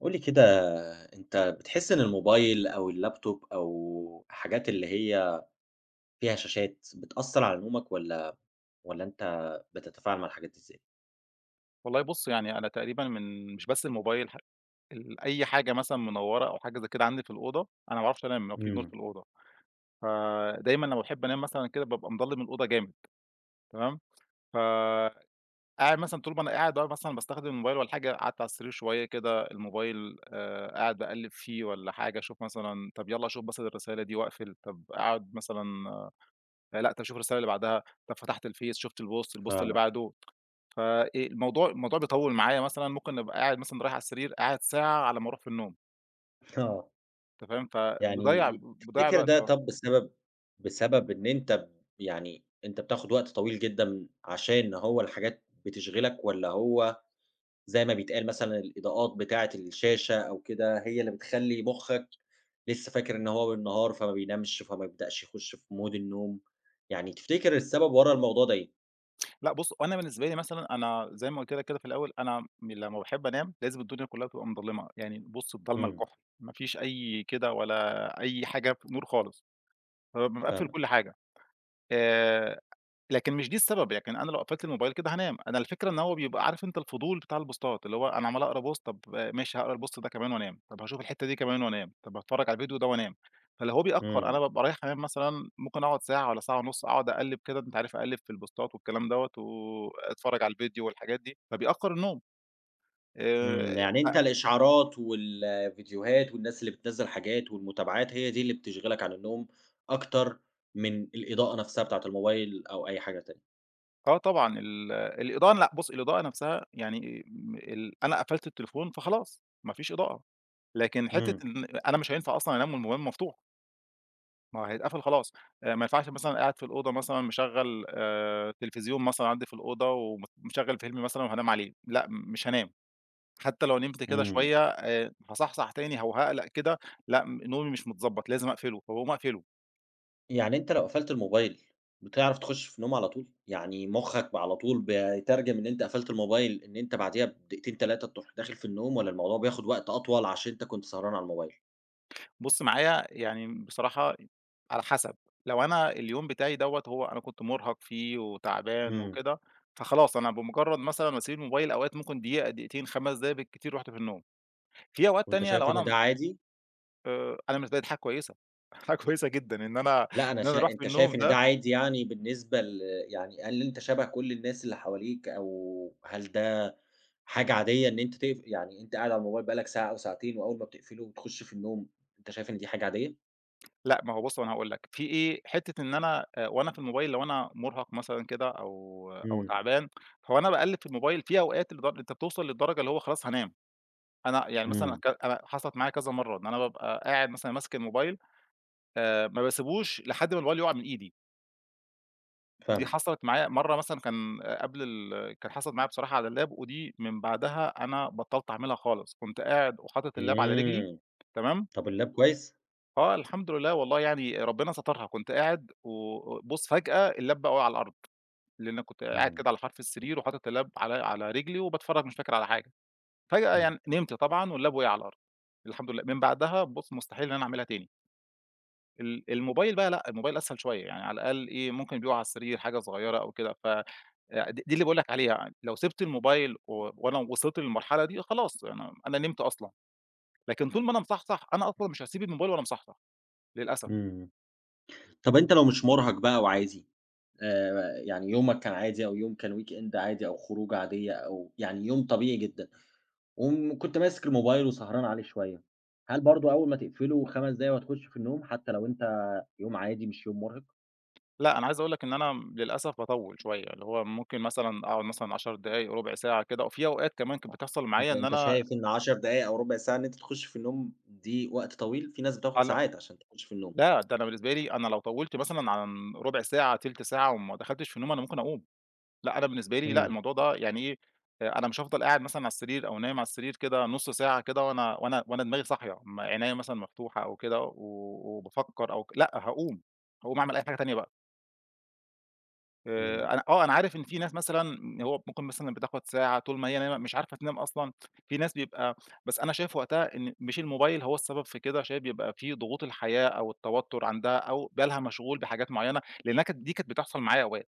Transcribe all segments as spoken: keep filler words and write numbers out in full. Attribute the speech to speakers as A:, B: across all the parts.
A: قُل لي كده، أنت بتحس إن الموبايل أو اللابتوب أو حاجات اللي هي فيها شاشات بتأثّر على نومك والّا والّا أنت بتتفاعل مع الحاجات دي إزاي؟
B: والله بُص، يعني أنا تقريبًا من مش بس الموبايل ح ال أي حاجة مثلًا منوّرة أو حاجة زي كده عندي في الأوضة، أنا ما باعرفش أنام لو في نور
A: إمم.
B: في الأوضة، فدايمًا لمّا باحب أنام مثلًا كده بابقى مضلِّم الأوضة جامد تمام. فقاعد مثلًا طول ما أنا قاعد أهو مثلًا باستخدم الموبايل والّا حاجة، قعدت على السرير شوية كده الموبايل آآ، قاعد باقلِّب فيه والّا حاجة، أشوف مثلًا طب يالّا أشوف مثلًا الرسالة دي وأقفل، طب أقعد مثلًا آه، لأ، طب أشوف الرسالة اللي بعدها، طب فتحت الفيس شُفت الpost الpost اللي
A: فاهمك.
B: بعده. ف آآ الموضوع الموضوع بيطوّل معايا مثلًا ممكن أبقى قاعد مثلًا رايح على السرير، قاعد ساعة على ما أروح في النوم،
A: آه.
B: أنت فاهم؟
A: يعني
B: فباضيّع
A: ي
B: باضيّع
A: تفتكر
B: الوقت
A: ده
B: آه.
A: طَب بسبب بسبب إن أنت ب يعني أنت بتاخد وقت طويل جدًا عشان هو الحاجات بتشغلك، والّا هو زي ما بيتقال مثلًا الإضاءات بتاعة الشاشة أو كده، هي اللي بتخلّي مُخّك لسه فاكر إن هو بالنهار، فما بينامش، فما يبدأش يخش في مود النوم. يعني تفتكر السبب ورا الموضوع ده إيه؟
B: لأ بُص، هو أنا بالنسبة لي مثلًا أنا زي ما قُلت لك كده في الأول، أنا م لمّا باحب أنام لازم الدنيا كلّها تبقى مضلّمة، يعني بُص الضلمة
A: إمم.
B: الكحل، ما فيش أي كده ولا أي حاجة ف نور خالص، فبابقى مقفّل
A: فاهمك.
B: كل حاجة. آآ لكن مش دي السبب، لكن أنا لو قفلت الموبايل كده هانام، أنا الفكرة إن هو بيبقى عارف أنت الفضول بتاع البوستات، اللي هو أنا عمّال أقرا بوست، طب ماشي هاقرا البوست ده كمان وأنام، طب هاشوف الحتة دي كمان وأنام، طب هاتفرج على الفيديو ده وأنام، فاللي هو بيأخّر، أنا
A: إمم.
B: بابقى رايح أنام مثلًا ممكن أقعد ساعة والّا ساعة ونُص أقعد أقلِّب كده أنت عارف أقلِّب في البوستات والكلام دوّة، وأتفرج على الفيديو والحاجات دي، فبيأخّر النوم.
A: إمم.
B: آآ
A: يعني
B: أ
A: أنت الإشعارات والفيديوهات والناس اللي بتنزّل حاجات والمتابعات، هي دي اللي بتشغلك عن النوم أكتر من الإضاءة نفسها بتاعة الموبايل أو أي حاجة تانية.
B: آه طبعًا ال الإضاءة لأ بُص الإضاءة نَفْسها يعني م ال أنا قفلت التليفون فخلاص ما فيش إضاءة، لكن حتة
A: إمم.
B: إن أنا مش هينفع أصلًا أنام والموبايل مفتوح. ما هو هيتقفل خلاص. آآ ما ينفعش مثلًا قاعد في الأوضة مثلًا مشغّل آآ تلفزيون مثلًا عندي في الأوضة ومت مشغّل فيلم مثلًا وهانام عليه، لأ م- مش هانام، حتى لو نمت كده
A: إمم.
B: شوية آآ هاصحصح تاني أو هاقلق كده. لأ م نومي مش متضبط لازم أقفله، فاقوم أقفله.
A: يعني أنت لو قفلت الموبايل بتعرف تخش في النوم على طول؟ يعني مخّك على طول بيترجم إن أنت قفلت الموبايل، إن أنت بعديها بدقيقتين ثلاثة تروح داخل في النوم، والّا الموضوع بياخد وقت أطول عشان أنت كنت سهران على الموبايل؟
B: بُص معايا يعني بصراحة على حسب، لو أنا اليوم بتاعي دوّة هو أنا كنت مرهق فيه وتعبان
A: إمم.
B: وكده، فخلاص أنا بمجرد مثلًا ما أسيب الموبايل أوقات ممكن دقيقة، دقيقتين، خمس دقايق بالكتير رُحت في النوم. في أوقات
A: وأنت
B: تانية
A: شايف
B: لو
A: إن
B: أنا
A: ده عادي؟
B: آآ أنا بالنسبة لي دي حاجة كويسة، حاجة كويسة جدًا إن أنا
A: لأ، أنا
B: إن أنا
A: شا
B: أروح في
A: أنت شايف
B: النوم
A: إن ده
B: ده.
A: عادي، يعني بالنسبة ل يعني، هل أنت شبه كل الناس اللي حواليك، أو هل ده حاجة عادية إن أنت تقف يعني أنت قاعد على الموبايل بقى لك ساعة أو ساعتين، وأول ما بتقفله بتخش في النوم، أنت شايف إن دي حاجة عادية؟
B: لأ، ما هو بُص أنا هاقول لك، في إيه، حتّة إن أنا آآ وأنا في الموبايل لو أنا مُرهق مثلًا كده أو أو
A: إمم.
B: تعبان، فهو أنا باقلِّب في الموبايل في أوقات لدر أنت بتوصل للدرجة اللي هو خلاص هانام. أنا يعني مثلًا
A: إمم.
B: ك أنا حصلت معايا كذا مرّة إن أنا بابقى قاعد مثلًا ماسك الموبايل، آآ ما باسيبوش لحد ما الموبايل يُقع من إيدي. ودي
A: فاهمك.
B: حصلت معايا مرّة مثلًا كان قبل ال كان حصلت معايا بصراحة على اللاب، ودي من بعدها أنا بطّلت أعملها خالص، كنت قاعد وحاطط اللاب على رجلي
A: إمم.
B: تمام.
A: طب اللاب كويس؟
B: آه الحمد لله والله يعني ربنا سترها، كنت قاعد وبُص فجأة اللاب بقى وقع على الأرض، لإن أنا كنت قاعد
A: إمم.
B: كده على حرف السرير وحاطط اللاب على على رجلي وباتفرّج مش فاكر على حاجة، فجأة
A: إمم.
B: يعني نمت طبعًا واللاب وقع على الأرض. الحمد لله من بعدها بُص مستحيل إن أنا أعملها تاني. ال الموبايل بقى لأ، الموبايل أسهل شوية، يعني على الأقل إيه، ممكن بيقع على السرير حاجة صغيرة أو كده، ف آآ دي دي اللي باقول لك عليها، لو سِبت الموبايل و وأنا وصلت للمرحلة دي خلاص أنا أنا نمت أصلًا، لكن طول ما أنا مصحصح أنا أصلًا مش هاسيب الموبايل وأنا مصحصح للأسف.
A: إمم. طب أنت لو مش مرهق بقى وعادي، آآ يعني يومك كان عادي، أو يوم كان weekend عادي، أو خروجة عادية، أو يعني يوم طبيعي جدًا، وكنت ماسك الموبايل وسهران عليه شوية، هل برضه أول ما تقفله خمس دقايق وهتخش في النوم حتى لو أنت يوم عادي مش يوم مرهق؟
B: لأ أنا عايز أقول لك إن أنا للأسف باطوّل شوية، اللي هو ممكن مثلًا أقعد مثلًا عشر دقايق، ربع ساعة كده، وفي أوقات كمان كانت بتحصل معايا
A: أنت
B: إن
A: أنت
B: أنا
A: شايف إن عشر دقايق أو ربع ساعة إن أنت تخش في النوم دي وقت طويل؟ في ناس بتاخد
B: أنا
A: ساعات عشان تخش في النوم.
B: لأ، ده أنا بالنسبة لي أنا لو طوّلت مثلًا عن ربع ساعة، تِلت ساعة وما دخلتش في النوم أنا ممكن أقوم. لأ، أنا بالنسبة لي لأ،
A: إمم.
B: الموضوع ده يعني إيه، آآ أنا مش هافضل قاعد مثلًا على السرير أو نايم على السرير كده نُص ساعة كده وأنا وأنا وأنا دماغي صاحية، م عينيّا مثلًا مفتوحة أو كده و وبافكّر أو ك لأ، هاقوم، هاقوم أعمل أي حاجة تانية بقى.
A: إمم.
B: آآ أنا آه، أنا عارف إن في ناس مثلًا إن هو ممكن مثلًا بتاخد ساعة طول ما هي نايمة مش عارفة تنام أصلًا، في ناس بيبقى بس أنا شايف وقتها إن مش الموبايل هو السبب في كده، شايف بيبقى في ضغوط الحياة أو التوتُّر عندها أو بالها مشغول بحاجات معيّنة، لإنّها كانت دي كانت بتحصل معايا أوقات.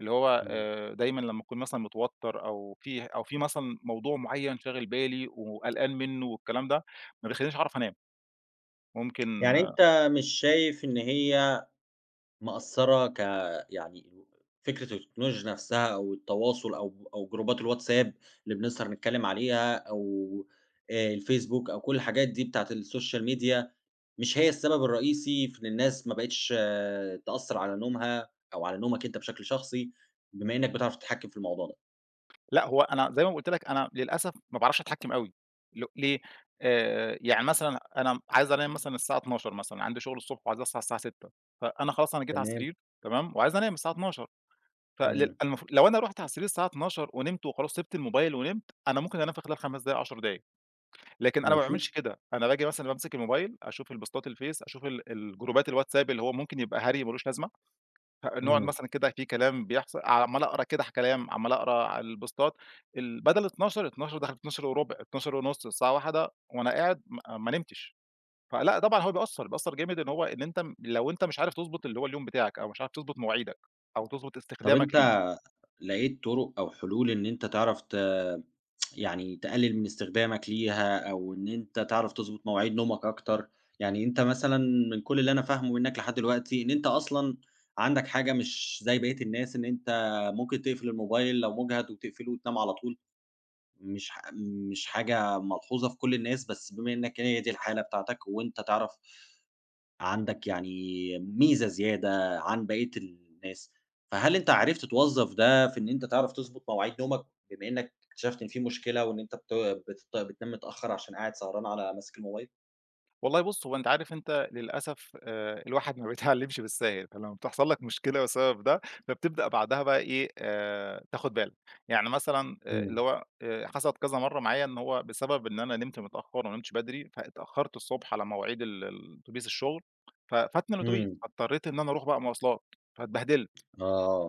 B: اللي هو
A: إمم.
B: آآ دايمًا لمّا أكون مثلًا متوتّر أو في أو في مثلًا موضوع معيّن شاغل بالي وقلقان منّه والكلام ده، ما بيخلّينيش أعرف أنام، ممكن
A: يعني
B: آه.
A: أنت مش شايف إن هي مأثّرة، ك يعني فكرة التكنولوجيا نفسها، أو التواصل، أو أو جروبات الواتساب اللي بنسهر نتكلّم عليها، أو آآ الفيسبوك، أو كل الحاجات دي بتاعة السوشيال ميديا، مش هي السبب الرئيسي في إن الناس ما بقِتش آه، تأثّر على نومها أو على نومك أنت بشكل شخصي، بما إنّك بتعرف تتحكّم في الموضوع ده.
B: لأ هو أنا زي ما قُلت لك أنا للأسف ما باعرفش أتحكّم أوي. ل ليه؟ آآ يعني مثلًا أنا عايز أنام مثلًا الساعة اتناشر مثلًا، عندي شغل الصبح وعايز أصحى الساعة ستة. فأنا خلاص أنا جيت على
A: تمام.
B: السرير تمام، وعايز أنام الساعة اتناشر. فلل
A: إمم.
B: المف لو أنا رُحت على السرير الساعة اتناشر ونمت وخلاص سِبت الموبايل ونمت، أنا ممكن أنام في خلال خمس دقايق، عشر دقايق. لكن أنا ما
A: ماشي.
B: باعملش كده، أنا باجي مثلًا بامسك الموبايل، أشوف البوستات الفيس، أشوف ال الجروبات الواتساب اللي هو ممكن يبقى هري ما لوش لازمة، فنقعد
A: إمم.
B: مثلًا كده في كلام بيحصل عمّال أقرا كده ح كلام، عمّال أقرا على البوستات ال بدل اتناشر، اتناشر دخلت اتناشر وربع، اتناشر ونص، الساعة واحدة وأنا قاعد ما آه، ما نمتش. فلأ طبعًا هو بيأثّر، بيأثّر جامد إن هو إن أنت م لو أنت مش عارف تضبط اللي هو اليوم بتاعك، أو مش عارف تضبط مواعيدك، أو تضبط
A: طب
B: استخدامك ليه.
A: أنت لقيت طرق أو حلول إن أنت تعرف ت يعني تقلل من استخدامك ليها، أو إن أنت تعرف تضبط مواعيد نومك أكتر؟ يعني أنت مثلًا، من كل اللي أنا فاهمه منك لحد دلوقتي، إن أنت أصلًا عندك حاجة مش زي بقية الناس، إن أنت ممكن تقفل الموبايل لو مُجهد وتقفله وتنام على طول، مش ح مش حاجة ملحوظة في كل الناس، بس بما إنك هي دي الحالة بتاعتك، وأنت تعرف عندك يعني ميزة زيادة عن بقية الناس، فهل أنت عرفت توظّف ده في إن أنت تعرف تضبط مواعيد نومك، بما إنك اكتشفت إن في مشكلة، وإن أنت بت بتط بتنام متأخر عشان قاعد سهران على ماسك الموبايل؟
B: والله بُص، هو أنت عارف أنت للأسف آآ الواحد ما بيتعلّمش بالساهل، فلمّا بتحصل لك مشكلة بسبب ده، فبتبدأ بعدها بقى إيه، آآ تاخُد بالك. يعني مثلًا آآ
A: إمم.
B: اللي هو آآ حصلت كذا مرّة معايا إن هو بسبب إن أنا نمت متأخّر وما نمتش بدري، فاتأخّرت الصبح على مواعيد ال الأوتوبيس الشُغل، ففاتني الأوتوبيس،
A: إمم.
B: فاضطريت إن أنا أروح بقى مواصلات، فاتبهدلت،
A: آه.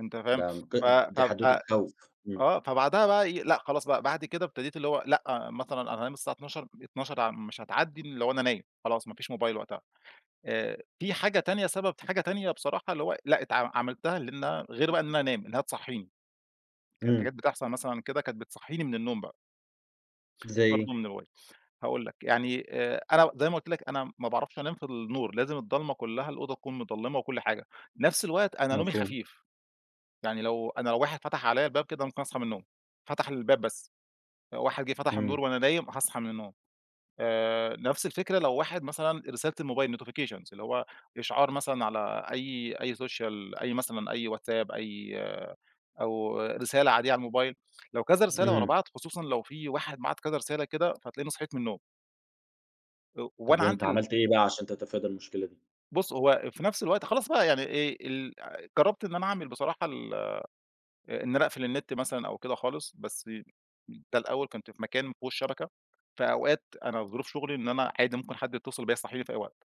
B: أنت فاهم؟
A: ده م ق
B: ف ف
A: دي حدوتة
B: ف
A: خوف. إمم.
B: آه، فبعدها بقى إيه، لأ خلاص بقى بعد كده ابتديت اللي هو لأ، آه، مثلًا أنا هانام الساعة اتناشر، اتناشر ع مش هتعدّي لو أنا نايم، خلاص ما فيش موبايل وقتها. آآ في حاجة تانية سبب حاجة تانية بصراحة اللي هو لأ اتع عملتها لإنها غير بقى إن أنا أنام، إنها تصحّيني، كانت
A: إمم.
B: حاجات بتحصل مثلًا كده كانت بتصحّيني من النوم بقى،
A: زي إيه؟
B: برضه من الmobile. هاقول لك، يعني آآ أنا زي ما قُلت لك أنا ما باعرفش أنام في النور، لازم الضلمة كلّها الأوضة تكون مضلّمة وكل حاجة. نفس الوقت أنا نومي
A: مفهوم.
B: خفيف، يعني لو أنا لو واحد فتح عليّا الباب كده ممكن أصحى من النوم، فتح الباب بس، واحد جه فتح النور
A: إمم.
B: وأنا نايم هاصحى من النوم. آآ نفس الفكرة لو واحد مثلًا رسالة الموبايل notifications اللي هو إشعار مثلًا على أي أي social أي مثلًا أي واتساب أي آه، أو رسالة عادية على الموبايل، لو كذا رسالة ورا
A: إمم.
B: بعض خصوصًا لو في واحد بعت كذا رسالة كده، فتلاقيني صحيت من النوم، و
A: طب
B: وأنا
A: وأنت
B: عندي ال.
A: عملت إيه بقى عشان تتفادى المشكلة دي؟
B: بُص هو في نفس الوقت خلاص بقى يعني إيه ال جرّبت إن أنا أعمل بصراحة ال إن أنا أقفل النت مثلًا أو كده خالص، بس ده الأول كنت في مكان ما فيهوش شبكة، فأوقات أنا ظروف شغلي إن أنا عادي ممكن حد يتصل بيّا يصحيني في أي وقت.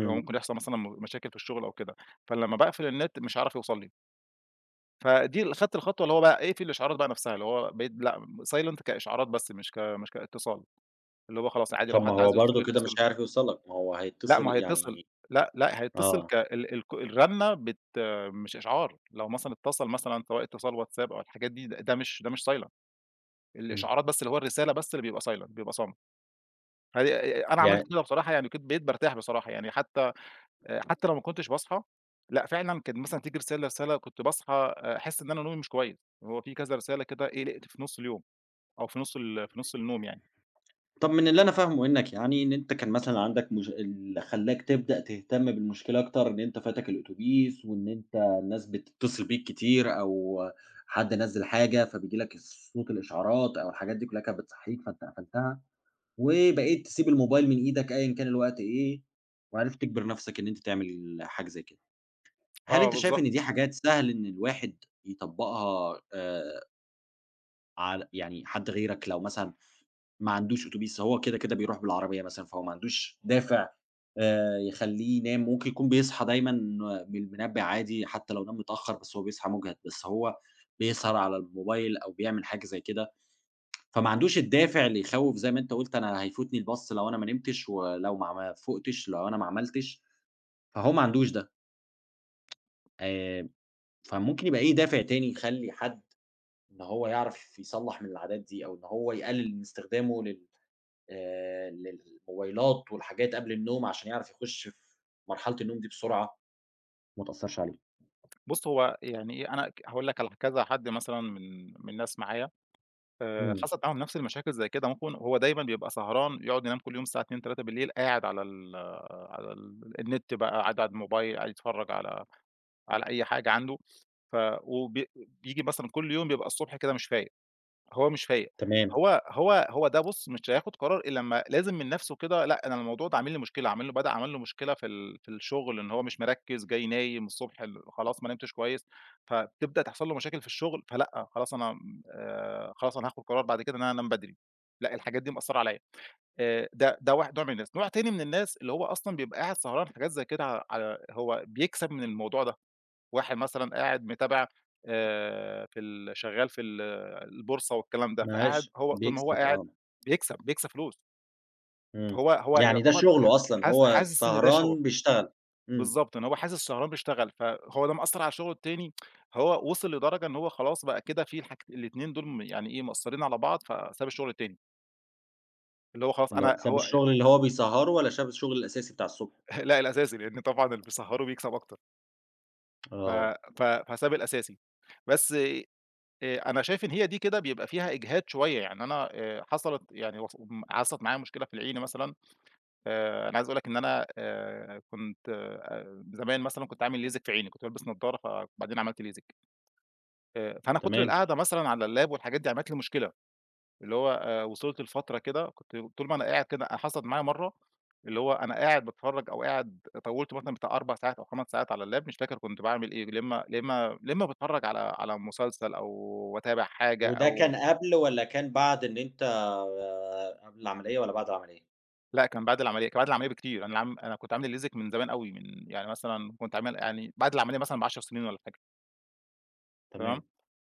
B: اللي هو ممكن يحصل مثلًا م مشاكل في الشغل أو كده، فلمّا باقفل النت مش هيعرف يوصل لي. فدي اللي خدت الخطوة اللي هو بقى اقفل الإشعارات بقى نفسها، اللي هو بقيت لأ silent كإشعارات بس مش ك مش كاتصال، اللي هو خلاص عادي لو
A: طب ما
B: حد
A: هو
B: عايز يوصل لي
A: برضه كده مش
B: يتصل.
A: هيعرف يوصل لك، ما هو
B: لأ ما هو
A: هيتصل
B: هيتصل،
A: يعني.
B: لأ، لأ هيتصل
A: آه.
B: ك ال الك الرنة بت مش إشعار، لو مثلًا اتصل مثلًا سواء اتصال واتساب أو الحاجات دي، د ده مش ده مش silent،
A: إمم.
B: الإشعارات بس اللي هو الرسالة بس اللي بيبقى silent بيبقى صامت. فدي أنا عملت
A: يعني
B: كده بصراحة يعني كنت بقيت بارتاح بصراحة يعني حتى آآ حتى لو ما كنتش باصحى، لأ فعلًا كان مثلًا تيجي رسالة، رسالة كنت باصحى آآ أحس إن أنا نومي مش كويس، هو في كذا رسالة كده إيه قلقت في نُص اليوم أو في نُص ال في نُص النوم يعني.
A: طب من اللي أنا فاهمه إنّك، يعني إن أنت كان مثلًا عندك، مش اللي خلّاك تبدأ تهتم بالمشكلة أكتر إن أنت فاتك الأوتوبيس، وإن أنت الناس بتتصل بيك كتير، أو حد نزّل حاجة فبييجي لك صوت الإشعارات، أو الحاجات دي كلّها كانت بتصحّيك فأنت قفلتها، وبقيت تسيب الموبايل من إيدك أيًا كان الوقت إيه، وعرفت تجبر نَفْسك إن أنت تعمل حاجة زي كده. هل
B: آه
A: أنت شايف
B: بالضبط.
A: إن دي حاجات سهل إن الواحد يطبّقها؟ آآ، عل يعني حد غيرك لو مثلًا ما عندوش أتوبيس، هو كده، كده بيروح بالعربية مثلًا، فهو ما عندوش دافع آآ يخلّيه ينام، ممكن يكون بيصحى دايمًا بالمنبه عادي حتى لو نام متأخر، بس هو بيصحى مُجهَد، بس هو بيسهر على الموبايل أو بيعمل حاجة زي كده، فما عندوش الدافع اللي يخوّف زي ما أنت قُلت، أنا هيفوتني الbus لو أنا ما نمتش، ولو ما ما فُقتش، لو أنا ما عملتش، فهو ما عندوش ده. آآ فممكن يبقى إيه دافع تاني يخلّي حد إن هو يعرف يصلّح من العادات دي، أو إن هو يقلل من استخدامه لل آآ للموبايلات والحاجات قبل النوم عشان يعرف يخش في مرحلة النوم دي بسرعة وما تأثّرش عليه.
B: بُص هو يعني إيه، أنا ك هاقول لك على كذا حد مثلًا من من ناس معايا آآ
A: إمم.
B: حصلت معاهم نفس المشاكل زي كده، ممكن هو دايمًا بيبقى سهران يقعد ينام كل يوم الساعة اتنين، تلاتة قاعد على ال على ال النت بقى، قاعد على الموبايل، قاعد يتفرّج على على أي حاجة عنده. ف وبي بييجي مثلًا كل يوم بيبقى الصبح كده مش فايق. هو مش فايق،
A: تمام.
B: هو هو هو ده بُص مش هياخد قرار إلّا لمّا لازم من نَفْسه كده لأ، أنا الموضوع ده عامل لي مشكلة، عامل له بدأ عمل له مشكلة في ال في الشغل إن هو مش مركّز، جاي نايم الصبح ال خلاص ما نمتش كويس، فبتبدأ تحصل له مشاكل في الشغل، فلأ خلاص أنا م آآ خلاص أنا هاخد قرار بعد كده إن أنا أنام بدري، لأ الحاجات دي مأثّرة عليّا. آآ ده ده واحد نوع من الناس، نوع تاني من الناس اللي هو أصلًا بيبقى قاعد سهران حاجات زي كده ع على هو بيكسب من الموضوع ده. واحد مثلًا قاعد متابع آآ في ال شغال في ال البورصة والكلام ده، فقاعد
A: معلش،
B: هو طول ما هو
A: بيكسب،
B: قاعد
A: آه.
B: بيكسب، بيكسب فلوس،
A: إمم.
B: فهو هو
A: يعني ده
B: يعتبر ح
A: شغله أصلًا،
B: حاس
A: هو
B: حاسس إن ده شغل.
A: سهران بيشتغل. إمم.
B: بالضبط، إن هو حاسس سهران بيشتغل، فهو ده مأثّر على شغله التاني، هو وصل لدرجة إن هو خلاص بقى كده في الحاج الاتنين دول م يعني إيه مأثّرين على بعض، فساب الشغل التاني، اللي هو خلاص
A: اللي
B: أنا
A: هو ساب
B: هو
A: الشغل اللي هو بيسهره والّا شاب الشغل الأساسي بتاع الصبح؟
B: لأ الأساسي، لإن طبعًا اللي بيسهّروا بيكسب أكتر، ف
A: آه.
B: ف فساب الأساسي. بس آآ أنا شايف إن هي دي كده بيبقى فيها إجهاد شوية، يعني أنا آآ حصلت يعني وص م حصلت معايا مشكلة في العين مثلًا. آآ أنا عايز أقول لك إن أنا آآ كنت آآ زمان مثلًا كنت عامل ليزك في عيني، كنت بالبس نضارة فبعدين عملت ليزك. آآ فأنا كتر
A: تمام.
B: القعدة مثلًا على اللاب والحاجات دي عملت لي مشكلة، اللي هو آآ وصلت لفترة كده كنت طول ما أنا قاعد كده أنا حصلت معايا مرة، اللي هو أنا قاعد باتفرج أو قاعد طوّلت مثلًا بتاع أربع ساعات أو خمس ساعات على اللاب مش فاكر كنت باعمل إيه، لا إما لا إما لا إما باتفرج على على مسلسل أو باتابع حاجة
A: وده
B: أو
A: كان قبل والّا كان بعد، إن أنت آه، قبل العملية والّا بعد العملية؟
B: لأ، كان بعد العملية، كان بعد العملية بكتير، أنا العم أنا كنت عامل الليزك من زمان أوي، من يعني مثلًا كنت عامل يعني بعد العملية مثلًا بعشر سنين والّا حاجة،
A: تمام.
B: تمام؟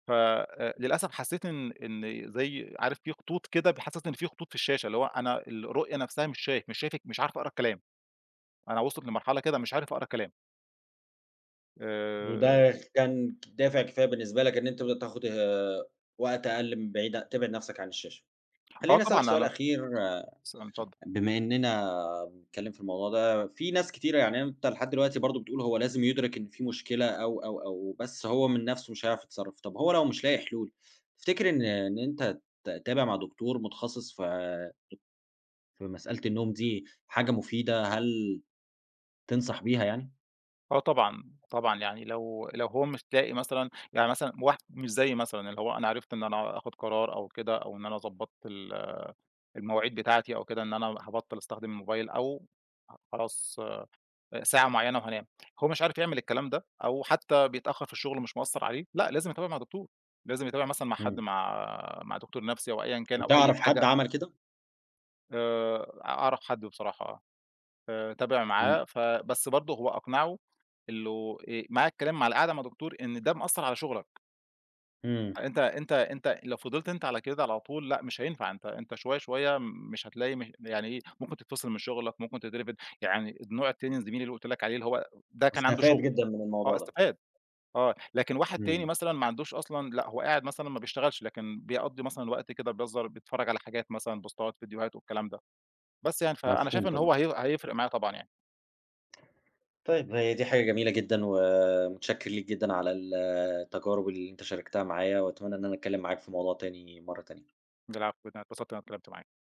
B: ف آآ، للأسف حسيت إن إن زي عارف في خطوط كده بيحسسني إن في خطوط في الشاشة، اللي هو أنا الرؤية نفسها مش شايف، مش شايف مش عارف أقرا الكلام، أنا وصلت لمرحلة كده مش عارف أقرا الكلام. آآ،
A: وده كان ك دافع كفاية بالنسبة لك إن أنت تبدأ تاخد آآ، وقت أقل، من بعيد تبعد نفسك عن الشاشة.
B: آه
A: خلّيني
B: طبعًا
A: أسألك سؤال
B: أنا
A: أخير، آه.
B: س اتفضل.
A: بما إننا بنتكلم في الموضوع ده، في ناس كتيرة، يعني أنت لحد دلوقتي برضه بتقول هو لازم يدرك إن في مشكلة، أو، أو، أو، بس هو من نفسه مش هيعرف يتصرف، طب هو لو مش لاقي حلول، تفتكر إن إن أنت ت تتابع مع دكتور متخصص في في مسألة النوم دي حاجة مفيدة؟ هل تنصح بيها يعني؟
B: آه طبعًا، طبعًا يعني لو لو هو مش لاقي مثلًا يعني مثلًا واحد مش زيي مثلًا، اللي هو أنا عرفت إن أنا آخد قرار أو كده، أو إن أنا ضبطت ال المواعيد بتاعتي أو كده إن أنا هابطّل أستخدم الموبايل أو خلاص ساعة معيّنة وهانام، هو مش عارف يعمل الكلام ده أو حتى بيتأخّر في الشغل مش مأثّر عليه، لأ لازم يتابع مع دكتور، لازم يتابع مثلًا مع حد
A: إمم.
B: مع مع دكتور نَفْسي أو أيًا كان أو أي
A: وتعرف حد
B: حاجة.
A: عمل كده؟
B: آآ أعرف حد بصراحة آه، آآ تابع
A: إمم.
B: معاه ف بس برضه هو أقنعه اللي هو آآ مع الكلام مع القعدة مع دكتور إن ده مأثّر على شغلك.
A: إمم.
B: أنت أنت أنت لو فضلت أنت على كده على طول لأ، مش هينفع أنت أنت شوية، شوية مش هتلاقي مش يعني إيه، ممكن تتفصل من شغلك، ممكن تترفد، يعني النوع التاني زميلي اللي قُلت لك عليه اللي هو ده كان عنده
A: مستفاد
B: شغل.
A: جدًا من
B: آه
A: الموضوع ده.
B: استفاد، آه، لكن واحد تاني
A: إمم.
B: مثلًا ما عندوش أصلًا لأ، هو قاعد مثلًا ما بيشتغلش، لكن بيقضّي مثلًا وقت كده بيهزر، بيتفرّج على حاجات مثلًا بوستات، فيديوهات والكلام ده، بس يعني فأنا شايف
A: مفهوم
B: إن
A: طبعًا.
B: هو هي هيفرق معاه طبعًا يعني.
A: طيب، هي دي حاجة جميلة جدًا، ومتشكر ليك جدًا على ال التجارب اللي أنت شاركتها معايا، وأتمنى إن أنا أتكلم معاك في موضوع تاني مرة تانية.
B: بالعفو، أنا اتبسطت إن أنا اتكلمت معاك.